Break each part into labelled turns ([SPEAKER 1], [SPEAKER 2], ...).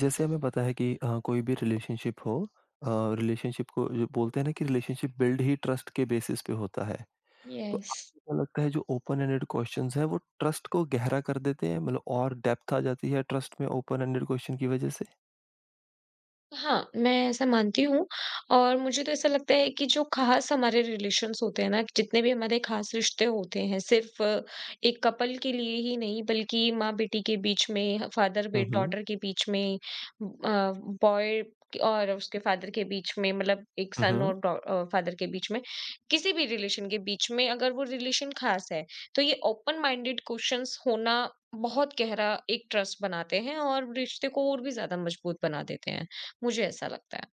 [SPEAKER 1] जैसे हमें पता है कि कोई भी रिलेशनशिप हो अ, रिलेशनशिप को जो बोलते हैं ना कि रिलेशनशिप बिल्ड ही ट्रस्ट के बेसिस पे होता है। तो
[SPEAKER 2] Yes.
[SPEAKER 1] आपको क्या लगता है जो ओपन एंडेड क्वेश्चंस हैं वो ट्रस्ट को गहरा कर देते हैं मतलब और डेप्थ आ जाती है ट्रस्ट में ओपन एंडेड क्वेश्चन की वजह से?
[SPEAKER 2] हाँ, मैं ऐसा मानती हूँ। और मुझे तो ऐसा लगता है कि जो ख़ास हमारे रिलेशंस होते हैं ना, जितने भी हमारे ख़ास रिश्ते होते हैं, सिर्फ़ एक कपल के लिए ही नहीं, बल्कि माँ-बेटी के बीच में, फ़ादर बे
[SPEAKER 1] हुँ, हुँ।
[SPEAKER 2] डॉटर के बीच में, अ, बॉय और उसके फ़ादर के बीच में, मतलब एक
[SPEAKER 1] हुँ,
[SPEAKER 2] सन
[SPEAKER 1] हुँ।
[SPEAKER 2] और फ़ादर के बीच में, किसी भी रिलेशन के बीच में अगर वो रिलेशन ख़ास है, तो ये ओपन माइंडेड क्वेश्चंस होना बहुत गहरा एक ट्रस्ट बनाते हैं और रिश्ते को और भी ज़्यादा मज़बूत बना देते हैं। मुझे ऐसा लगता है।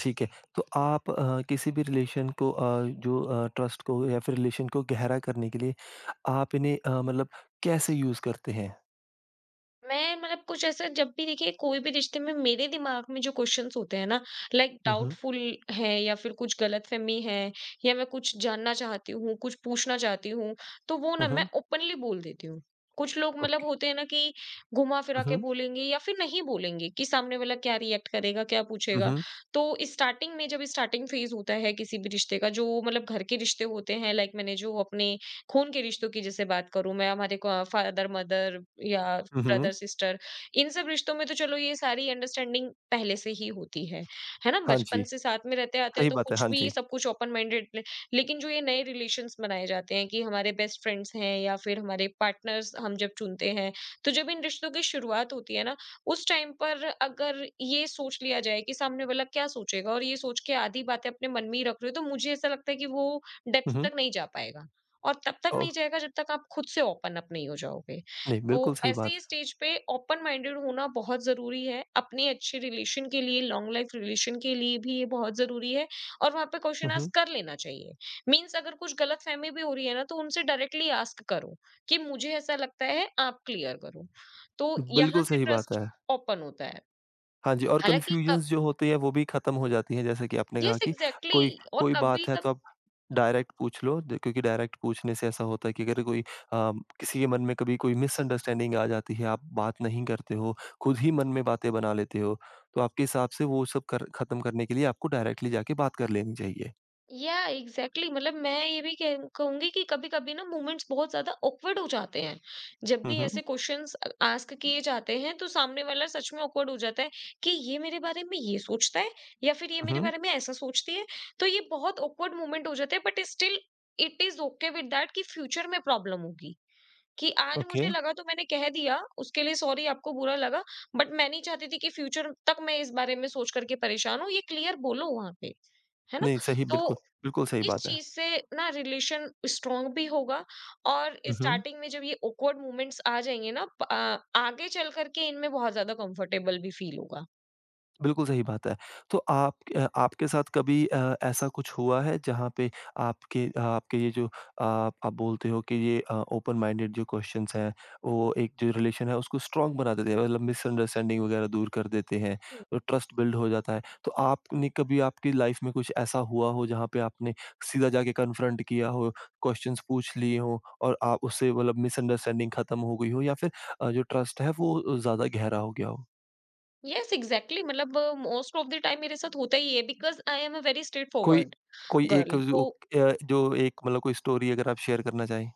[SPEAKER 1] ठीक है। तो आप किसी भी रिलेशन को जो ट्रस्ट को या फिर रिलेशन को गहरा करने के लिए आप इन्हें मतलब कैसे यूज़ करते हैं?
[SPEAKER 2] मैं मतलब कुछ ऐसा जब भी देखिए कोई भी रिश्ते में मेरे दिमाग में जो क्वेश्चंस होते हैं ना, लाइक
[SPEAKER 1] हुँ, हुँ।
[SPEAKER 2] डाउटफुल है या फिर कुछ गलतफहमी है या मैं कुछ जानना चाहती हूँ, कुछ पूछना चाहती हूँ, तो वो
[SPEAKER 1] हुँ,
[SPEAKER 2] ना मैं
[SPEAKER 1] हुँ।
[SPEAKER 2] ओपनली बोल देती हूँ। कुछ लोग मतलब
[SPEAKER 1] ओके।
[SPEAKER 2] होते हैं ना कि घुमा फिरा
[SPEAKER 1] हुँ,
[SPEAKER 2] के
[SPEAKER 1] हुँ।
[SPEAKER 2] बोलेंगे या फिर नहीं बोलेंगे कि सामने वाला क्या रिएक्ट करेगा, क्या
[SPEAKER 1] हुँ,
[SPEAKER 2] पूछेगा।
[SPEAKER 1] हुँ।
[SPEAKER 2] तो स्टार्टिंग में जब स्टार्टिंग फेज होता है किसी भी रिश्ते का, जो मतलब घर के रिश्ते होते हैं, लाइक मैंने जो अपने खून के रिश्तों की जैसे बात करूं, मैं हमारे फादर मदर या
[SPEAKER 1] हुँ, हुँ।
[SPEAKER 2] ब्रदर सिस्टर, इन सब रिश्तों में तो चलो ये सारी अंडरस्टैंडिंग पहले से ही होती है ना?
[SPEAKER 1] हाँ जी।
[SPEAKER 2] बचपन से साथ में रहते आते हैं
[SPEAKER 1] सही
[SPEAKER 2] तो
[SPEAKER 1] बात है,
[SPEAKER 2] कुछ
[SPEAKER 1] हाँ
[SPEAKER 2] भी
[SPEAKER 1] जी।
[SPEAKER 2] सब कुछ ओपन माइंडेड। लेकिन जो ये नए रिलेशंस बनाए जाते हैं कि हमारे बेस्ट फ्रेंड्स हैं या फिर हमारे पार्टनर्स हम जब चुनते हैं, तो जब इन रिश्तों की शुरुआत होती है ना, उस टाइम पर अगर ये सोच लिया जाए कि सामने वाला क्या सोचेगा और ये सोच के आधी बातें अपने मन में ही रख रहे हो, तो मुझे ऐसा लगता है कि वो
[SPEAKER 1] हुँ,
[SPEAKER 2] डेप्थ
[SPEAKER 1] हुँ।
[SPEAKER 2] तक नहीं जा पाएगा और तब तक
[SPEAKER 1] ओह!
[SPEAKER 2] नहीं जाएगा जब तक आप खुद से ओपन अप नहीं हो जाओगे।
[SPEAKER 1] नहीं,
[SPEAKER 2] तो
[SPEAKER 1] बिल्कुल सही बात
[SPEAKER 2] ऐसे
[SPEAKER 1] है।
[SPEAKER 2] स्टेज पे ओपन माइंडेड होना बहुत ज़रूरी है, अपने अच्छे रिलेशन के लिए, लॉन्ग लाइफ रिलेशन के लिए भी ये बहुत ज़रूरी है और वहाँ पे क्वेश्चन
[SPEAKER 1] हुँ, हुँ।
[SPEAKER 2] आस्क कर लेना चाहिए। मीन्स अगर कुछ गलतफ़हमी भी हो रही है ना, तो उनसे डायरेक्टली आस्क करो कि मुझे ऐसा लगता है, आप क्लियर करो। तो यहाँ
[SPEAKER 1] बिल्कुल
[SPEAKER 2] से
[SPEAKER 1] सही बात
[SPEAKER 2] ट्रस्ट
[SPEAKER 1] है।
[SPEAKER 2] ओपन होता है।
[SPEAKER 1] हाँ जी, और
[SPEAKER 2] हालाँकि कब
[SPEAKER 1] कन्फ्यूजन्स जो होती है वो भी खत्म हो जाती है जैसे कि आपने
[SPEAKER 2] यस,
[SPEAKER 1] कहा कि कोई
[SPEAKER 2] एग्ज़ैक्टली। और
[SPEAKER 1] कोई बात है
[SPEAKER 2] कभी-कभी
[SPEAKER 1] तो आप डायरेक्ट पूछ लो द क्योंकि डायरेक्ट पूछने से ऐसा होता है कि अगर कोई किसी के मन में कभी कोई मिसअंडरस्टैंडिंग आ जाती है, आप बात नहीं करते हो, खुद ही मन में बातें बना लेते हो, तो आपके हिसाब से वो सब कर खत्म करने के लिए आपको डायरेक्टली जाके बात कर लेनी चाहिए।
[SPEAKER 2] या एग्जैक्टली exactly, मतलब मैं ये भी कहूंगी कि कभी कभी ना मोमेंट्स बहुत ज्यादा ऑकवर्ड हो जाते हैं जब
[SPEAKER 1] हुँ,
[SPEAKER 2] भी
[SPEAKER 1] हुँ।
[SPEAKER 2] ऐसे क्वेश्चंस आस्क किए जाते हैं, तो सामने वाला सच में ऑकवर्ड हो जाता है कि ये मेरे बारे में ये सोचता है या फिर ये मेरे
[SPEAKER 1] हुँ, हुँ।
[SPEAKER 2] बारे में ऐसा सोचती है। तो ये बहुत ऑकवर्ड मोमेंट हो जाते हैं, but still it is okay with that कि फ्यूचर में प्रॉब्लम होगी कि आज
[SPEAKER 1] ओके।
[SPEAKER 2] मुझे लगा तो मैंने कह दिया, उसके लिए सॉरी आपको बुरा लगा, बट मैं नहीं चाहती थी कि फ्यूचर तक मैं इस बारे में सोच करके परेशान हूँ। ये क्लियर बोलो वहां पे, है ना?
[SPEAKER 1] नहीं सही
[SPEAKER 2] तो
[SPEAKER 1] बिल्कुल, बिल्कुल सही
[SPEAKER 2] इस
[SPEAKER 1] बात है।
[SPEAKER 2] चीज से ना रिलेशन स्ट्रांग भी होगा, और
[SPEAKER 1] हुँ, हुँ।
[SPEAKER 2] स्टार्टिंग में जब ये awkward मोमेंट्स आ जाएंगे ना, आगे चल करके इनमें बहुत ज्यादा कंफर्टेबल भी फील होगा।
[SPEAKER 1] बिल्कुल सही बात है। तो आप आपके साथ कभी ऐसा कुछ हुआ है जहाँ पे आपके आपके ये जो आप बोलते हो कि ये ओपन माइंडेड जो क्वेश्चंस हैं, वो एक जो रिलेशन है उसको स्ट्रॉन्ग बना देते हैं मतलब मिसअंडरस्टैंडिंग वगैरह दूर कर देते हैं, तो ट्रस्ट बिल्ड हो जाता है। तो आपने कभी आपकी लाइफ में कुछ ऐसा हुआ हो जहाँ पे आपने सीधा जाके कन्फ्रंट किया हो, क्वेश्चंस पूछ लिए हों और आप उससे मतलब मिसअंडरस्टैंडिंग खत्म हो गई हो या फिर जो ट्रस्ट है वो ज़्यादा गहरा हो गया हो?
[SPEAKER 2] यस एग्जैक्टली, मतलब मोस्ट ऑफ द टाइम मेरे साथ होता ही है because I am uh very straight
[SPEAKER 1] कोई
[SPEAKER 2] फॉरवर्ड
[SPEAKER 1] कोई एक
[SPEAKER 2] गर्ल।
[SPEAKER 1] जो
[SPEAKER 2] तो
[SPEAKER 1] जो एक मतलब कोई स्टोरी अगर आप शेयर करना चाहें?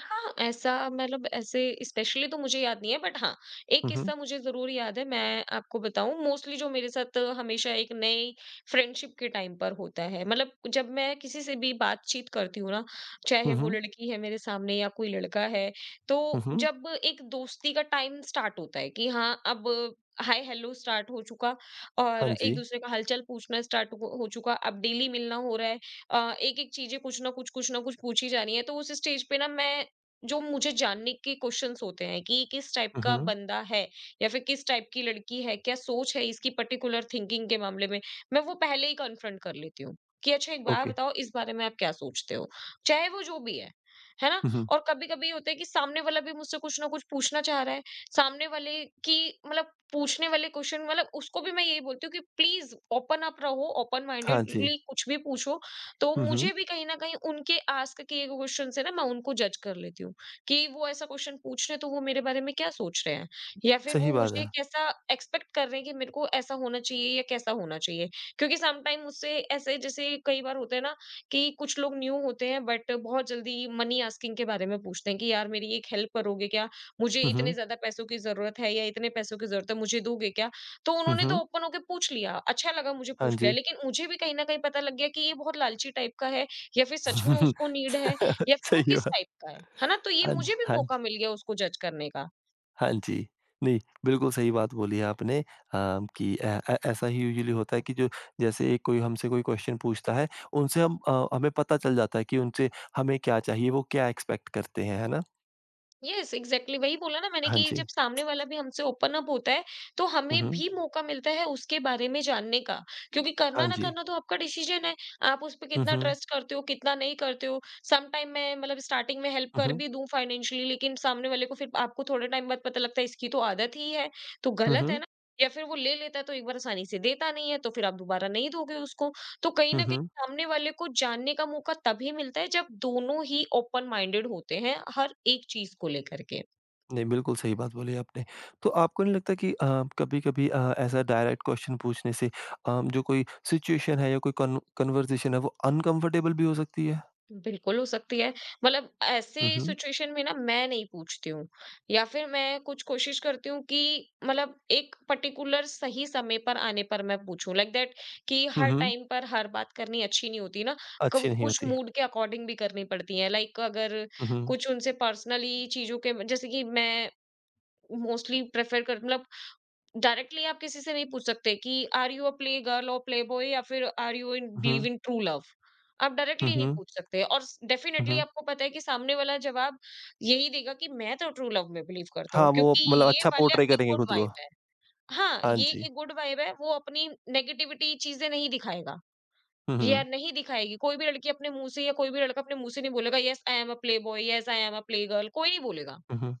[SPEAKER 2] हाँ, ऐसा मतलब ऐसे स्पेशली तो मुझे याद नहीं है, बट हाँ, एक
[SPEAKER 1] हुँ, हुँ।
[SPEAKER 2] किस्सा मुझे ज़रूर याद है। मैं आपको बताऊँ, मोस्टली जो मेरे साथ हमेशा एक नई फ्रेंडशिप के टाइम पर होता है। मतलब जब मैं किसी से भी बातचीत करती हूँ ना, चाहे
[SPEAKER 1] हुँ,
[SPEAKER 2] वो
[SPEAKER 1] हुँ।
[SPEAKER 2] लड़की है मेरे सामने या कोई लड़का है,
[SPEAKER 1] हुँ,
[SPEAKER 2] तो
[SPEAKER 1] हुँ।
[SPEAKER 2] जब एक दोस्ती का टाइम स्टार्ट होता है कि हाँ, अब हाय हेलो स्टार्ट हो चुका और
[SPEAKER 1] हाँ जी।
[SPEAKER 2] एक-दूसरे का हालचाल पूछना स्टार्ट हो चुका। अब डेली मिलना हो रहा है। एक-एक चीज़ें कुछ ना कुछ पूछी जा रही है। तो उस स्टेज पे ना मैं जो मुझे जानने के क्वेश्चंस होते हैं कि ये किस टाइप
[SPEAKER 1] हुँ,
[SPEAKER 2] का
[SPEAKER 1] हुँ।
[SPEAKER 2] बंदा है या फिर किस टाइप की लड़की है, क्या सोच है इसकी पर्टिकुलर थिंकिंग के मामले में, मैं वो पहले ही कन्फ्रंट कर लेती हूँ कि अच्छा एक बात
[SPEAKER 1] ओके।
[SPEAKER 2] बताओ, इस बारे में आप क्या सोचते हो? चाहे वो जो भी है ना?
[SPEAKER 1] हुँ, हुँ।
[SPEAKER 2] और कभी-कभी ये होता है कि सामने वाला भी मुझसे कुछ ना कुछ पूछना चाह रहा है, सामने वाले की मतलब पूछने वाले क्वेश्चन, मतलब उसको भी मैं यही बोलती हूँ कि प्लीज़ ओपन अप रहो, ओपन
[SPEAKER 1] हाँ जी।
[SPEAKER 2] माइंडेडली कुछ भी पूछो, तो
[SPEAKER 1] हुँ, हुँ।
[SPEAKER 2] मुझे भी कहीं न कहीं उनके आस्क किए गए क्वेश्चन से ना मैं उनको जज कर लेती हूँ। कि वो ऐसा क्वेश्चन पूछ रहे हैं, तो वो मेरे बारे में क्या सोच रहे हैं? या फिर वो
[SPEAKER 1] सही बात
[SPEAKER 2] मुझे
[SPEAKER 1] है।
[SPEAKER 2] कैसा एक्सपेक्ट कर रहे हैं कि मेरे को ऐसा होना चाहिए या कैसा होना चाहिए? क्योंकि सम टाइम मुझसे ऐसे जैसे कई बार होता है ना कि कुछ लोग न्यू होते हैं बट बहुत जल्दी मनी आस्किंग के बारे में पूछते हैं कि यार मेरी एक हेल्प करोगे क्या? मुझे
[SPEAKER 1] हुँ,
[SPEAKER 2] इतने
[SPEAKER 1] हुँ।
[SPEAKER 2] ज़्यादा पैसों की ज़रूरत है या इतने पैसों की ज़रूरत है, मुझे दोगे क्या? तो
[SPEAKER 1] हुँ,
[SPEAKER 2] उन्होंने तो
[SPEAKER 1] हुँ।
[SPEAKER 2] ओपन होके पूछ लिया, अच्छा लगा मुझे
[SPEAKER 1] हाँ
[SPEAKER 2] पूछ लिया,
[SPEAKER 1] जी।
[SPEAKER 2] लेकिन मुझे भी कहीं न कहीं पता लग गया कि ये बहुत लालची टाइप का है या फिर सच में उसको नीड है या फिर वो
[SPEAKER 1] सही
[SPEAKER 2] किस
[SPEAKER 1] बात।
[SPEAKER 2] टाइप का है ना? तो ये
[SPEAKER 1] हाँ जी,
[SPEAKER 2] मुझे भी
[SPEAKER 1] हाँ जी,
[SPEAKER 2] मौका मिल गया उसको जज करने का।
[SPEAKER 1] हाँ जी। नहीं, बिल्कुल सही बात बोली है आपने, कि ऐ ऐ ऐसा ही यूजुअली होता है कि जो जैसे एक कोई हमसे कोई क्वेश्चन पूछता है, उनसे हम हमें पता चल जाता है कि उनसे हमें क्या चाहिए, वो क्या एक्सपेक्ट करते हैं, है ना?
[SPEAKER 2] यस एग्ज़ैक्टली, वही बोला ना मैंने
[SPEAKER 1] हाँ
[SPEAKER 2] कि
[SPEAKER 1] जी।
[SPEAKER 2] जब सामने वाला भी हमसे ओपन अप होता है, तो
[SPEAKER 1] हुँ,
[SPEAKER 2] हमें
[SPEAKER 1] हुँ।
[SPEAKER 2] भी मौका मिलता है उसके बारे में जानने का। क्योंकि करना
[SPEAKER 1] हाँ
[SPEAKER 2] ना
[SPEAKER 1] जी।
[SPEAKER 2] करना तो आपका डिसीजन है, आप उस पे
[SPEAKER 1] हुँ,
[SPEAKER 2] कितना
[SPEAKER 1] हुँ।
[SPEAKER 2] ट्रस्ट करते हो, कितना नहीं करते हो। सम टाइम मैं मतलब स्टार्टिंग में हेल्प
[SPEAKER 1] हुँ,
[SPEAKER 2] कर
[SPEAKER 1] हुँ।
[SPEAKER 2] भी दूँ फाइनेंशियली, लेकिन सामने वाले को फिर आपको थोड़े टाइम बाद पता लगता है इसकी तो आदत ही है, तो
[SPEAKER 1] हुँ,
[SPEAKER 2] गलत है
[SPEAKER 1] हुँ।
[SPEAKER 2] ना? या फिर वो ले लेता है तो एक बार आसानी से देता नहीं है, तो फिर आप दोबारा नहीं दोगे उसको। तो कहीं
[SPEAKER 1] हुँ,
[SPEAKER 2] न कहीं
[SPEAKER 1] हुँ।
[SPEAKER 2] सामने वाले को जानने का मौका तभी मिलता है जब दोनों ही ओपन माइंडेड होते हैं हर एक चीज को लेकर के।
[SPEAKER 1] नहीं, बिल्कुल सही बात बोली आपने। तो आपको नहीं लगता कि कभी-कभी ऐसा डायरेक्ट क्वेश्चन पूछने से जो कोई सिचुएशन है या कोई कन कन्वर्सेशन है वो अनकम्फर्टेबल भी हो सकती है?
[SPEAKER 2] बिल्कुल हो सकती है, मतलब ऐसे
[SPEAKER 1] हुँ, हुँ।
[SPEAKER 2] सिचुएशन में ना मैं नहीं पूछती हूँ या फिर मैं कुछ कोशिश करती हूँ कि मतलब एक पर्टिकुलर सही समय पर आने पर मैं पूछूं, लाइक दैट। कि
[SPEAKER 1] हुँ,
[SPEAKER 2] हर
[SPEAKER 1] हुँ।
[SPEAKER 2] टाइम पर हर बात करनी अच्छी नहीं होती ना,
[SPEAKER 1] अच्छी
[SPEAKER 2] कुछ
[SPEAKER 1] नहीं
[SPEAKER 2] कुछ
[SPEAKER 1] होती।
[SPEAKER 2] मूड के अकॉर्डिंग भी करनी पड़ती है। लाइक अगर
[SPEAKER 1] हुँ, हुँ।
[SPEAKER 2] कुछ उनसे पर्सनली चीजों के जैसे कि मैं मोस्टली प्रेफर कर मतलब डायरेक्टली आप किसी से नहीं पूछ सकते कि are you a play girl और प्ले बॉय या फिर are you in
[SPEAKER 1] hmm,
[SPEAKER 2] believe
[SPEAKER 1] hmm.
[SPEAKER 2] In true love, आप
[SPEAKER 1] हुँ,
[SPEAKER 2] डायरेक्टली नहीं
[SPEAKER 1] हुँ।
[SPEAKER 2] पूछ सकते। और
[SPEAKER 1] हुँ,
[SPEAKER 2] डेफिनेटली
[SPEAKER 1] हुँ।
[SPEAKER 2] आपको पता है कि सामने वाला जवाब यही देगा कि मैं तो ट्रू लव में बिलीव करता हूँ,
[SPEAKER 1] हाँ, वो
[SPEAKER 2] क्योंकि
[SPEAKER 1] मतलब
[SPEAKER 2] ये
[SPEAKER 1] अच्छा
[SPEAKER 2] वाला
[SPEAKER 1] पोर्ट्रे
[SPEAKER 2] एक
[SPEAKER 1] करेंगे
[SPEAKER 2] गुड
[SPEAKER 1] खुद को।
[SPEAKER 2] वाइब है। हाँ,
[SPEAKER 1] हाँ
[SPEAKER 2] ये
[SPEAKER 1] जी।
[SPEAKER 2] एक गुड वाइब है, वो अपनी नेगेटिविटी चीजें नहीं दिखाएगा
[SPEAKER 1] हुँ,
[SPEAKER 2] या
[SPEAKER 1] हुँ।
[SPEAKER 2] नहीं दिखाएगी, कोई भी लड़की अपने मुंह से या कोई भी लड़का अपने मुंह से नहीं बोलेगा yes I am a play boy, yes I am a play girl, कोई नहीं बोलेगा।
[SPEAKER 1] हुँ, हुँ।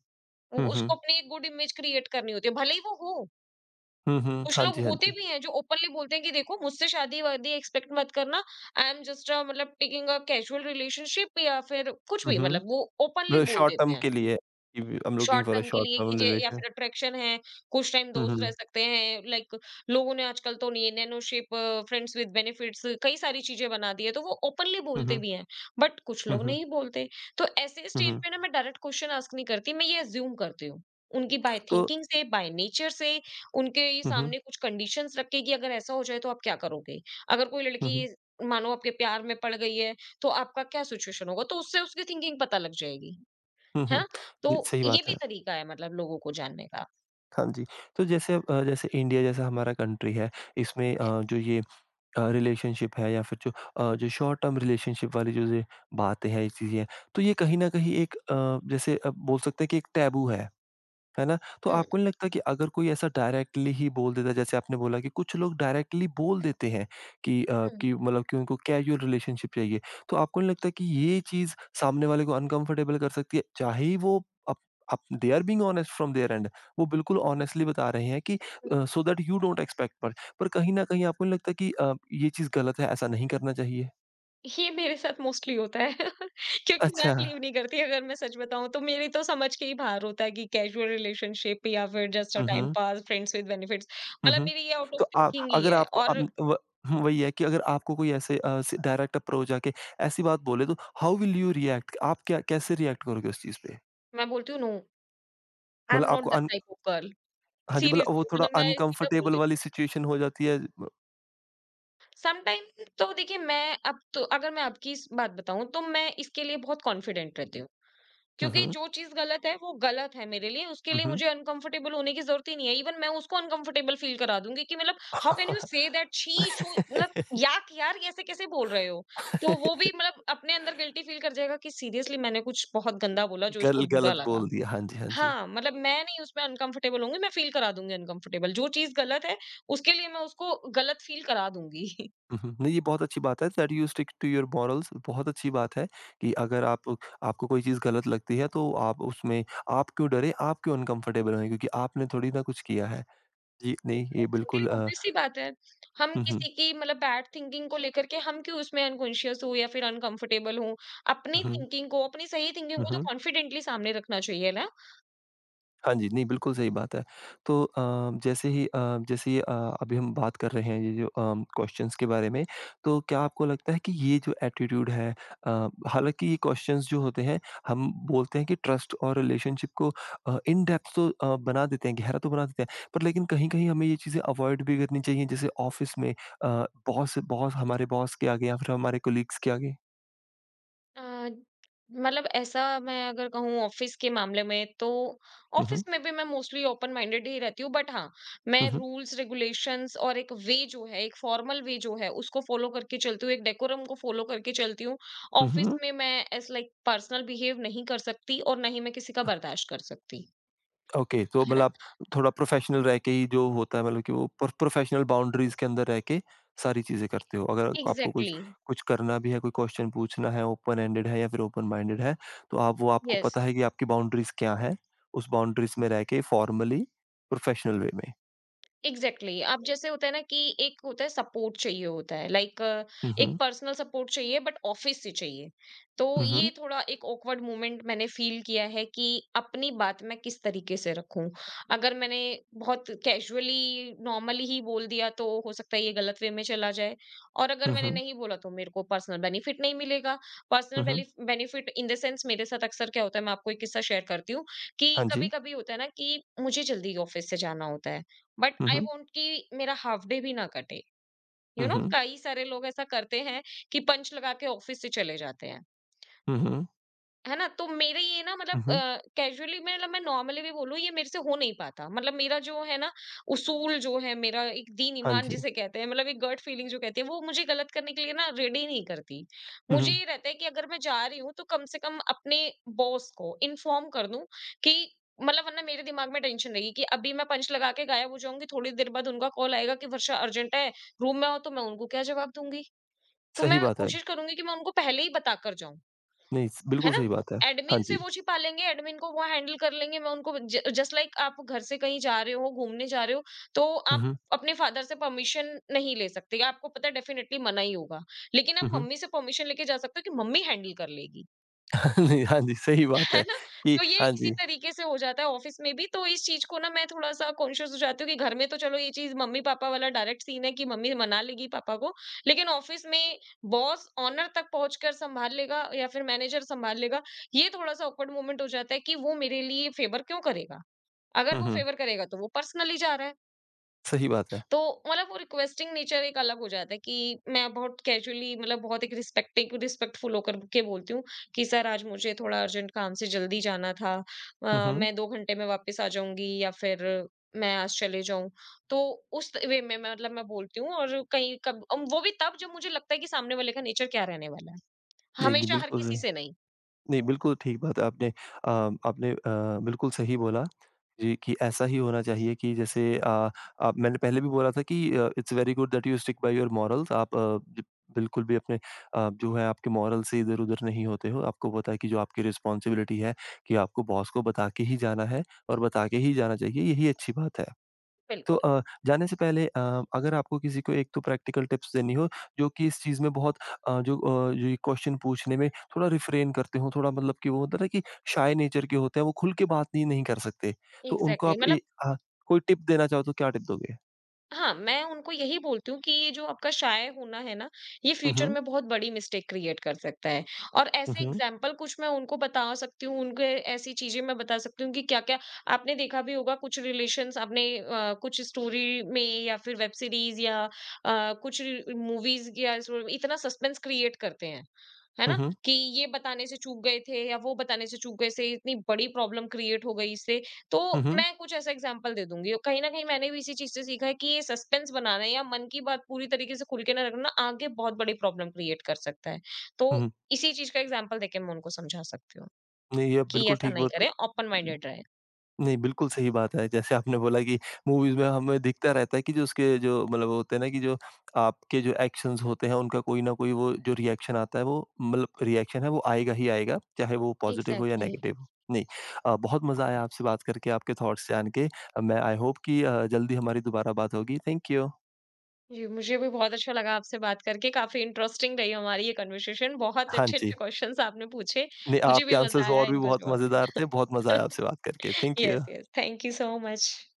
[SPEAKER 1] हुँ, हुँ।
[SPEAKER 2] उसको अपनी एक गुड इमेज क्रिएट करनी होती है, भले ही वो हो।
[SPEAKER 1] हुँ, हुँ।
[SPEAKER 2] कुछ
[SPEAKER 1] हाँ
[SPEAKER 2] लोग
[SPEAKER 1] जी, हाँ
[SPEAKER 2] होते
[SPEAKER 1] जी।
[SPEAKER 2] भी हैं जो ओपनली बोलते हैं कि देखो, मुझसे शादी-वादी एक्सपेक्ट मत करना, आई एम जस्ट अ मतलब टेकिंग अ कैज़ुअल रिलेशनशिप या फिर कुछ
[SPEAKER 1] हुँ,
[SPEAKER 2] भी,
[SPEAKER 1] हुँ।
[SPEAKER 2] मतलब वो ओपनली
[SPEAKER 1] मतलब
[SPEAKER 2] बोल
[SPEAKER 1] शॉर्ट
[SPEAKER 2] देते
[SPEAKER 1] टर्म
[SPEAKER 2] हैं।
[SPEAKER 1] के लिए कि I am looking
[SPEAKER 2] short
[SPEAKER 1] for a
[SPEAKER 2] term के
[SPEAKER 1] शॉर्ट
[SPEAKER 2] लिए कि
[SPEAKER 1] टर्म
[SPEAKER 2] जे या
[SPEAKER 1] रिलेशन।
[SPEAKER 2] फिर अट्रैक्शन है, कुछ टाइम
[SPEAKER 1] हुँ,
[SPEAKER 2] दोस्त रह
[SPEAKER 1] हुँ।
[SPEAKER 2] सकते हैं, लाइक लोगों ने आजकल तो नहीं नैनोशिप, फ्रेंड्स विद बेनिफिट्स कई सारी चीज़ें बना दी है, तो वो ओपनली
[SPEAKER 1] हुँ,
[SPEAKER 2] बोलते
[SPEAKER 1] हुँ।
[SPEAKER 2] भी हैं, बट कुछ
[SPEAKER 1] हुँ,
[SPEAKER 2] लोग
[SPEAKER 1] हुँ।
[SPEAKER 2] नहीं बोलते। तो ऐसे
[SPEAKER 1] हुँ,
[SPEAKER 2] स्टेज
[SPEAKER 1] हुँ।
[SPEAKER 2] पे ना मैं डायरेक्ट क्वेश्चन आस्क नहीं करती, मैं ये अज़्यूम करती हूँ। उनकी बाय
[SPEAKER 1] तो
[SPEAKER 2] थिंकिंग से, बाय नेचर से, उनके
[SPEAKER 1] हुँ, हुँ।
[SPEAKER 2] सामने कुछ कंडीशंस रख के कि अगर ऐसा हो जाए तो आप क्या करोगे? अगर कोई
[SPEAKER 1] हुँ,
[SPEAKER 2] लड़की
[SPEAKER 1] हुँ।
[SPEAKER 2] मानो आपके प्यार में पड़ गई है, तो आपका क्या सिचुएशन होगा? तो उससे उसकी थिंकिंग पता लग जाएगी।
[SPEAKER 1] हुँ,
[SPEAKER 2] है
[SPEAKER 1] हुँ।
[SPEAKER 2] ना?
[SPEAKER 1] जी,
[SPEAKER 2] तो
[SPEAKER 1] सही
[SPEAKER 2] ये
[SPEAKER 1] बात
[SPEAKER 2] भी
[SPEAKER 1] है।
[SPEAKER 2] तरीका है मतलब लोगों को जानने का।
[SPEAKER 1] हाँ जी। तो जैसे जैसे इंडिया जैसा हमारा कंट्री है, इसमें
[SPEAKER 2] ए
[SPEAKER 1] जो ये रिलेशनशिप है या फिर जो जो शॉर्ट टर्म रिलेशनशिप वाली जो ये बातें हैं, ये चीज़ें हैं, तो ये कहीं न कहीं एक, जैसे, बोल सकते हैं कि एक टैबू है। है ना? तो
[SPEAKER 2] हुँ,
[SPEAKER 1] आपको नहीं लगता कि अगर कोई ऐसा डायरेक्टली ही बोल देता है जैसे आपने बोला कि कुछ लोग डायरेक्टली बोल देते हैं कि
[SPEAKER 2] हुँ।
[SPEAKER 1] कि मतलब कि उनको कैजुअल रिलेशनशिप चाहिए। तो आपको नहीं लगता कि ये चीज़ सामने वाले को अनकंफर्टेबल कर सकती है? चाहे ही वो up up they are being honest from there end, वो बिल्कुल ऑनेस्टली बता रहे हैं कि so that you don't expect much, पर कहीं न कहीं आपको नहीं लगता कि ये चीज़ गलत है, ऐसा नहीं करना चाहिए?
[SPEAKER 2] ये मेरे साथ मोस्टली होता है क्योंकि मैं
[SPEAKER 1] अच्छा।
[SPEAKER 2] बिलीव नहीं करती। अगर मैं सच बताऊँ तो मेरी तो समझ के ही बाहर होता है कि कैज़ुअल रिलेशनशिप या फिर just a
[SPEAKER 1] hmm,
[SPEAKER 2] time
[SPEAKER 1] hmm.
[SPEAKER 2] Pass, friends with benefits
[SPEAKER 1] hmm,
[SPEAKER 2] मतलब
[SPEAKER 1] हुँ।
[SPEAKER 2] मेरी ये आउट ऑफ
[SPEAKER 1] तो आ
[SPEAKER 2] थिंकिंग ही
[SPEAKER 1] अगर
[SPEAKER 2] है।
[SPEAKER 1] आपको
[SPEAKER 2] और
[SPEAKER 1] अम, व वही है कि अगर आपको कोई ऐसे अ, स डायरेक्ट अप्रोच आके ऐसी बात बोले तो हाउ विल यू रिएक्ट? आप क्या कैसे रिएक्ट करोगे उस चीज़ पे?
[SPEAKER 2] मैं बोलती हूँ नो, आई एम
[SPEAKER 1] मतलब
[SPEAKER 2] नॉट
[SPEAKER 1] आपको
[SPEAKER 2] that
[SPEAKER 1] uh
[SPEAKER 2] type of girl.
[SPEAKER 1] हाँ जी, मतलब वो
[SPEAKER 2] सीरियसली
[SPEAKER 1] थोड़ा
[SPEAKER 2] मतलब मैं सीधा बोल
[SPEAKER 1] अनकम्फर्टेबल
[SPEAKER 2] देती
[SPEAKER 1] वाली
[SPEAKER 2] हूँ।
[SPEAKER 1] सिचुएशन हो जाती है। ब
[SPEAKER 2] समटाइम तो देखिए, मैं अब तो अगर मैं आपकी स बात बताऊँ तो मैं इसके लिए बहुत कॉन्फिडेंट रहती हूँ।
[SPEAKER 1] हुँ,
[SPEAKER 2] क्योंकि
[SPEAKER 1] हुँ।
[SPEAKER 2] जो चीज़ गलत है, वो गलत है मेरे लिए, उसके
[SPEAKER 1] हुँ,
[SPEAKER 2] लिए
[SPEAKER 1] हुँ।
[SPEAKER 2] मुझे अनकम्फर्टेबल होने की ज़रूरत ही नहीं है। इवन मैं उसको अनकम्फर्टेबल फ़ील करा दूँगी कि मतलब how can you say that. छी छो मतलब, याक यार, ये ऐसे कैसे बोल रहे हो? तो वो भी मतलब अपने अंदर गिल्टी फ़ील कर जाएगा कि सीरियसली मैंने कुछ बहुत गंदा बोला जो इसको
[SPEAKER 1] गल
[SPEAKER 2] बुरा
[SPEAKER 1] गलत
[SPEAKER 2] लगा।
[SPEAKER 1] बोल दिया। हाँ जी, हाँ जी।
[SPEAKER 2] हाँ, मतलब मैं नहीं उसमें अनकम्फर्टेबल होंगी, मैं फ़ील करा दूँगी अनकम्फर्टेबल। जो चीज़ गलत है, उसके लिए मैं उसको गलत फ़ील करा दूँगी।
[SPEAKER 1] हुँ, हुँ। नहीं, ये बहुत अच्छी बात है that you stick to your morals, बहुत अच्छी बात है कि अगर आप आपको कोई चीज़ गलत लगती है तो आप उसमें आप क्यों डरे, आप क्यों अनकम्फर्टेबल हैं क्योंकि आपने थोड़ी ना कुछ किया है। जी, नहीं, ये
[SPEAKER 2] एग्ज़ैक्टली,
[SPEAKER 1] बिल्कुल
[SPEAKER 2] ऑब्वियस सी बात है। हम
[SPEAKER 1] हुँ, हुँ,
[SPEAKER 2] किसी की मतलब बैड थिंकिंग को लेकर के हम क्यों उसमें अनकॉन्शियस हो या फिर अनकंफर्टेबल हो? अपनी
[SPEAKER 1] हुँ,
[SPEAKER 2] थिंकिंग को, अपनी सही थिंकिंग
[SPEAKER 1] हुँ,
[SPEAKER 2] को तो
[SPEAKER 1] हुँ।
[SPEAKER 2] कॉन्फिडेंटली सामने रखना चाहिए ना।
[SPEAKER 1] हाँ जी, नहीं बिल्कुल सही बात है। तो जैसे ही जैसे ही अभी हम बात कर रहे हैं ये जो क्वेश्चन्स के बारे में, तो क्या आपको लगता है कि ये जो एटीट्यूड है, अ, हालाँकि ये क्वेश्चन्स जो होते हैं, हम बोलते हैं कि ट्रस्ट और रिलेशनशिप को इन डेप्थ तो बना देते हैं, गहरा तो बना देते हैं, पर लेकिन कहीं-कहीं हमें ये चीज़ें अवॉइड भी करनी चाहिए, जैसे ऑफ़िस में बॉस बॉस हमारे बॉस के आगे या फिर हमारे कोलीग्स के आगे?
[SPEAKER 2] अ, मतलब ऐसा मैं अगर कहूँ ऑफिस के मामले में तो
[SPEAKER 1] हुँ,
[SPEAKER 2] ऑफिस
[SPEAKER 1] हुँ,
[SPEAKER 2] में भी मैं मोस्टली ओपन माइंडेड ही रहती हूँ, बट हाँ, मैं
[SPEAKER 1] हुँ,
[SPEAKER 2] रूल्स रेगुलेशंस और एक वे जो है, एक फॉर्मल वे जो है, उसको फॉलो करके चलती हूँ, एक डेकोरम को फॉलो करके चलती हूँ।
[SPEAKER 1] हुँ, हुँ,
[SPEAKER 2] ऑफिस
[SPEAKER 1] हुँ।
[SPEAKER 2] में मैं एज लाइक पर्सनल बिहेव नहीं कर सकती और ना ही मैं किसी का बर्दाश्त कर सकती।
[SPEAKER 1] ओके तो
[SPEAKER 2] है
[SPEAKER 1] मतलब
[SPEAKER 2] ना?
[SPEAKER 1] आप थोड़ा प्रोफेशनल रह के ही जो होता है मतलब कि वो प्रोफेशनल बाउंड्रीज़ के अंदर रह के सारी चीज़ें करते हो। अगर आपको कुछ
[SPEAKER 2] एग्जैक्टली।
[SPEAKER 1] कुछ करना भी है, कोई क्वेश्चन पूछना है, ओपन एंडेड है या फिर ओपन माइंडेड है, तो आप वो आपको
[SPEAKER 2] यस,
[SPEAKER 1] पता है कि आपकी बाउंड्रीज़ क्या हैं, उस बाउंड्रीज़ में रह के फॉर्मली प्रोफेशनल वे में।
[SPEAKER 2] Exactly exactly। अब जैसे होता है ना कि एक होता है, सपोर्ट चाहिए होता है, लाइक
[SPEAKER 1] हुँ,
[SPEAKER 2] एक
[SPEAKER 1] हुँ।
[SPEAKER 2] पर्सनल सपोर्ट चाहिए बट ऑफिस से चाहिए। तो
[SPEAKER 1] हुँ,
[SPEAKER 2] ये
[SPEAKER 1] हुँ।
[SPEAKER 2] थोड़ा एक awkward मोमेंट मैंने फील किया है कि अपनी बात मैं किस तरीके से रखूं। अगर मैंने बहुत कैजुअली नॉर्मली ही बोल दिया तो हो सकता है ये गलत वे में चला जाए, और अगर
[SPEAKER 1] हुँ,
[SPEAKER 2] मैंने
[SPEAKER 1] हुँ।
[SPEAKER 2] नहीं बोला तो मेरे को पर्सनल बेनिफिट नहीं मिलेगा।
[SPEAKER 1] हुँ,
[SPEAKER 2] पर्सनल
[SPEAKER 1] हुँ।
[SPEAKER 2] बेनिफिट इन द सेंस, मेरे साथ अक्सर क्या होता है, मैं आपको एक किस्सा शेयर करती हूँ कि
[SPEAKER 1] हाँ
[SPEAKER 2] कभी
[SPEAKER 1] जी।
[SPEAKER 2] कभी होता है ना कि मुझे जल्दी ऑफिस से जाना होता है, but
[SPEAKER 1] hmm,
[SPEAKER 2] I
[SPEAKER 1] hmm.
[SPEAKER 2] Want कि मेरा हाल्फ डे भी ना कटे। यू you
[SPEAKER 1] हुँ,
[SPEAKER 2] नो know,
[SPEAKER 1] हुँ।
[SPEAKER 2] कई सारे लोग ऐसा करते हैं कि पंच लगा के ऑफिस से चले जाते हैं।
[SPEAKER 1] हुँ, हुँ।
[SPEAKER 2] है ना? तो मेरे ये ना मतलब
[SPEAKER 1] हुँ, हुँ।
[SPEAKER 2] कैज़ुअली में मतलब मैं नॉर्मली भी बोलूँ, ये मेरे से हो नहीं पाता। मतलब मेरा जो है ना, उसूल जो है मेरा, एक
[SPEAKER 1] हाँ
[SPEAKER 2] दीन-ईमान
[SPEAKER 1] जी।
[SPEAKER 2] जिसे कहते हैं, मतलब एक गट फीलिंग जो कहते हैं, वो मुझे गलत करने के लिए ना रेडी नहीं करती।
[SPEAKER 1] हुँ,
[SPEAKER 2] मुझे
[SPEAKER 1] हुँ।
[SPEAKER 2] ये रहता है कि अगर मैं जा रही हूँ तो कम से कम अपने बॉस को इन्फॉर्म कर दूँ, कि मतलब वरना मेरे दिमाग में टेंशन रहेगी कि अभी मैं पंच लगा के गायब हो जाऊँगी, थोड़ी देर बाद उनका कॉल आएगा कि वर्षा अर्जेंट है, रूम में हो, तो मैं उनको क्या जवाब दूँगी? तो
[SPEAKER 1] सही
[SPEAKER 2] मैं
[SPEAKER 1] बात है।
[SPEAKER 2] कोशिश करूँगी कि मैं उनको पहले ही बता कर जाऊँ।
[SPEAKER 1] नहीं,
[SPEAKER 2] है
[SPEAKER 1] बिल्कुल
[SPEAKER 2] ना?
[SPEAKER 1] सही बात है। हाँ
[SPEAKER 2] एडमिन से
[SPEAKER 1] जी।
[SPEAKER 2] वो छिपा लेंगे, एडमिन को वो हैंडल कर लेंगे। मैं उनको ज जस्ट लाइक आप घर से कहीं जा रहे हो, घूमने जा रहे हो, तो
[SPEAKER 1] हुँ,
[SPEAKER 2] आप
[SPEAKER 1] हुँ।
[SPEAKER 2] अपने फादर से परमिशन नहीं ले सकते। आपको पता है डेफ़िनेटली मना ही होगा। लेकिन आप
[SPEAKER 1] हुँ, हुँ।
[SPEAKER 2] मम्मी से परमिशन लेके जा सकते हो कि मम्मी हैंडल कर लेगी।
[SPEAKER 1] नहीं, हाँ जी, सही बात
[SPEAKER 2] है
[SPEAKER 1] है
[SPEAKER 2] ना?
[SPEAKER 1] कि
[SPEAKER 2] तो ये
[SPEAKER 1] हाँ
[SPEAKER 2] इसी
[SPEAKER 1] जी।
[SPEAKER 2] तरीके से हो जाता है ऑफिस में भी, तो इस चीज़ को ना मैं थोड़ा-सा कॉन्शियस हो जाती हूँ कि घर में तो चलो ये चीज़ मम्मी-पापा वाला डायरेक्ट सीन है कि मम्मी मना लेगी पापा को, लेकिन ऑफिस में बॉस ओनर तक पहुँचकर सँभाल लेगा या फिर मैनेजर सँभाल लेगा, ये थोड़ा-सा ऑकवर्ड मोमेंट हो जाता है कि वो मेरे लिए फेवर क्यों करेगा? अगर
[SPEAKER 1] हुँ,
[SPEAKER 2] वो
[SPEAKER 1] हुँ।
[SPEAKER 2] फेवर करेगा तो वो पर्सनली जा रहा है।
[SPEAKER 1] सही बात है।
[SPEAKER 2] तो मतलब वो रिक्वेस्टिंग नेचर एक अलग हो जाता है कि मैं बहुत कैजुअली, मतलब बहुत एक रिस्पेक्टिव रिस्पेक्टफुल होकर के बोलती हूँ कि सर आज मुझे थोड़ा अर्जेंट काम से जल्दी जाना था,
[SPEAKER 1] हुँ, हुँ।
[SPEAKER 2] मैं 2 घंटे में वापस आ जाऊंगी या फिर मैं आज चले जाऊं। तो उस वे में मैं मतलब मैं बोलती हूँ, और कहीं कब वो भी तब जब मुझे लगता है कि सामने वाले का नेचर क्या रहने वाला है,
[SPEAKER 1] नहीं, नहीं,
[SPEAKER 2] हमेशा हर
[SPEAKER 1] बिल्कुल,
[SPEAKER 2] किसी से नहीं।
[SPEAKER 1] नहीं, बिल्कुल ठीक बात है आपने, आपने अ, बिल्कुल सही बोला जी, कि ऐसा ही होना चाहिए कि जैसे आप मैंने पहले भी बोला था कि it's very good that you stick by your morals. आप अ, ज बिल्कुल भी अपने जो है आपके मॉरल से इधर-उधर नहीं होते हो। आपको पता है कि जो आपकी रिस्पॉन्सिबिलिटी है कि आपको बॉस को बता के ही जाना है और बता के ही जाना चाहिए, यही अच्छी बात है। तो
[SPEAKER 2] बिल्कुल
[SPEAKER 1] जाने से पहले अगर आपको किसी को एक तो प्रैक्टिकल टिप्स देनी हो जो कि इस चीज़ में बहुत अ, जो अ, जो ये क्वेश्चन पूछने में थोड़ा रिफ्रेन करते हो, थोड़ा मतलब कि वो होता है ना कि शाय नेचर के होते हैं, वो खुल के बात नहीं नहीं कर सकते। तो उनको
[SPEAKER 2] एग्जैक्टली
[SPEAKER 1] आप
[SPEAKER 2] exactly। मतलब
[SPEAKER 1] अ, कोई टिप देना चाहो तो क्या टिप दोगे?
[SPEAKER 2] हाँ, मैं उनको यही बोलती हूँ कि ये जो आपका शाय होना है ना, ये
[SPEAKER 1] हुँ,
[SPEAKER 2] फ्यूचर
[SPEAKER 1] हुँ।
[SPEAKER 2] में बहुत बड़ी मिस्टेक क्रिएट कर सकता है, और
[SPEAKER 1] हुँ,
[SPEAKER 2] ऐसे
[SPEAKER 1] हुँ।
[SPEAKER 2] एग्ज़ाम्पल कुछ मैं उनको बता सकती हूँ, उनके ऐसी चीज़ें मैं बता सकती हूँ कि क्या-क्या आपने देखा भी होगा। कुछ रिलेशंस आपने कुछ स्टोरी में या फिर वेब सीरीज़ या कुछ मूवीज़ या इसमें, इतना सस्पेंस क्रिएट करते हैं, है
[SPEAKER 1] हुँ,
[SPEAKER 2] ना?
[SPEAKER 1] हुँ।
[SPEAKER 2] कि ये बताने से चूक गए थे या वो बताने से चूक गए, से इतनी बड़ी प्रॉब्लम क्रिएट हो गई इससे। तो
[SPEAKER 1] हुँ, हुँ।
[SPEAKER 2] मैं कुछ ऐसा एग्ज़ाम्पल दे दूँगी, और कहीं न कहीं मैंने भी इसी चीज़ से सीखा है कि ये सस्पेंस बनाना या मन की बात पूरी तरीके से खुल के ना रखना आगे बहुत बड़ी प्रॉब्लम क्रिएट कर सकता है। तो
[SPEAKER 1] हुँ, हुँ।
[SPEAKER 2] इसी चीज़ का एग्ज़ाम्पल देके मैं उनको समझा सकती हूँ
[SPEAKER 1] नहीं, ये
[SPEAKER 2] कि
[SPEAKER 1] बिल्कुल
[SPEAKER 2] ऐसा
[SPEAKER 1] ठीक
[SPEAKER 2] नहीं
[SPEAKER 1] बात,
[SPEAKER 2] करें, ओपन माइंडेड रहें।
[SPEAKER 1] नहीं, बिल्कुल सही बात है। जैसे आपने बोला कि मूवीज़ में हमें दिखता रहता है कि जो उसके जो मतलब वो होते हैं ना कि जो आपके जो एक्शंस होते हैं, उनका कोई न कोई वो जो रिएक्शन आता है वो मतलब रिएक्शन है वो आएगा ही आएगा, चाहे वो पॉज़िटिव हो या
[SPEAKER 2] एग्ज़ैक्टली।
[SPEAKER 1] नेगेटिव हो। नहीं बहुत मज़ा आया आपसे बात करके, आपके थॉट्स जान के। मैं आई होप कि जल्दी हमारी दोबारा बात होगी। Thank you.
[SPEAKER 2] जी, मुझे भी बहुत अच्छा लगा आपसे बात करके, काफ़ी इंटरेस्टिंग रही हमारी ये कन्वर्सेशन। बहुत
[SPEAKER 1] हाँ जी।
[SPEAKER 2] अच्छे-अच्छे क्वेश्चन्स आपने पूछे,
[SPEAKER 1] नहीं,
[SPEAKER 2] मुझे
[SPEAKER 1] आपके
[SPEAKER 2] भी मज़ा
[SPEAKER 1] आंसर्स
[SPEAKER 2] आया
[SPEAKER 1] और भी
[SPEAKER 2] इनको
[SPEAKER 1] बहुत
[SPEAKER 2] जवाब
[SPEAKER 1] मज़ेदार
[SPEAKER 2] देके।
[SPEAKER 1] थे। बहुत मज़ा आया आपसे बात करके। Thank you.
[SPEAKER 2] Yes, yes, thank you so much.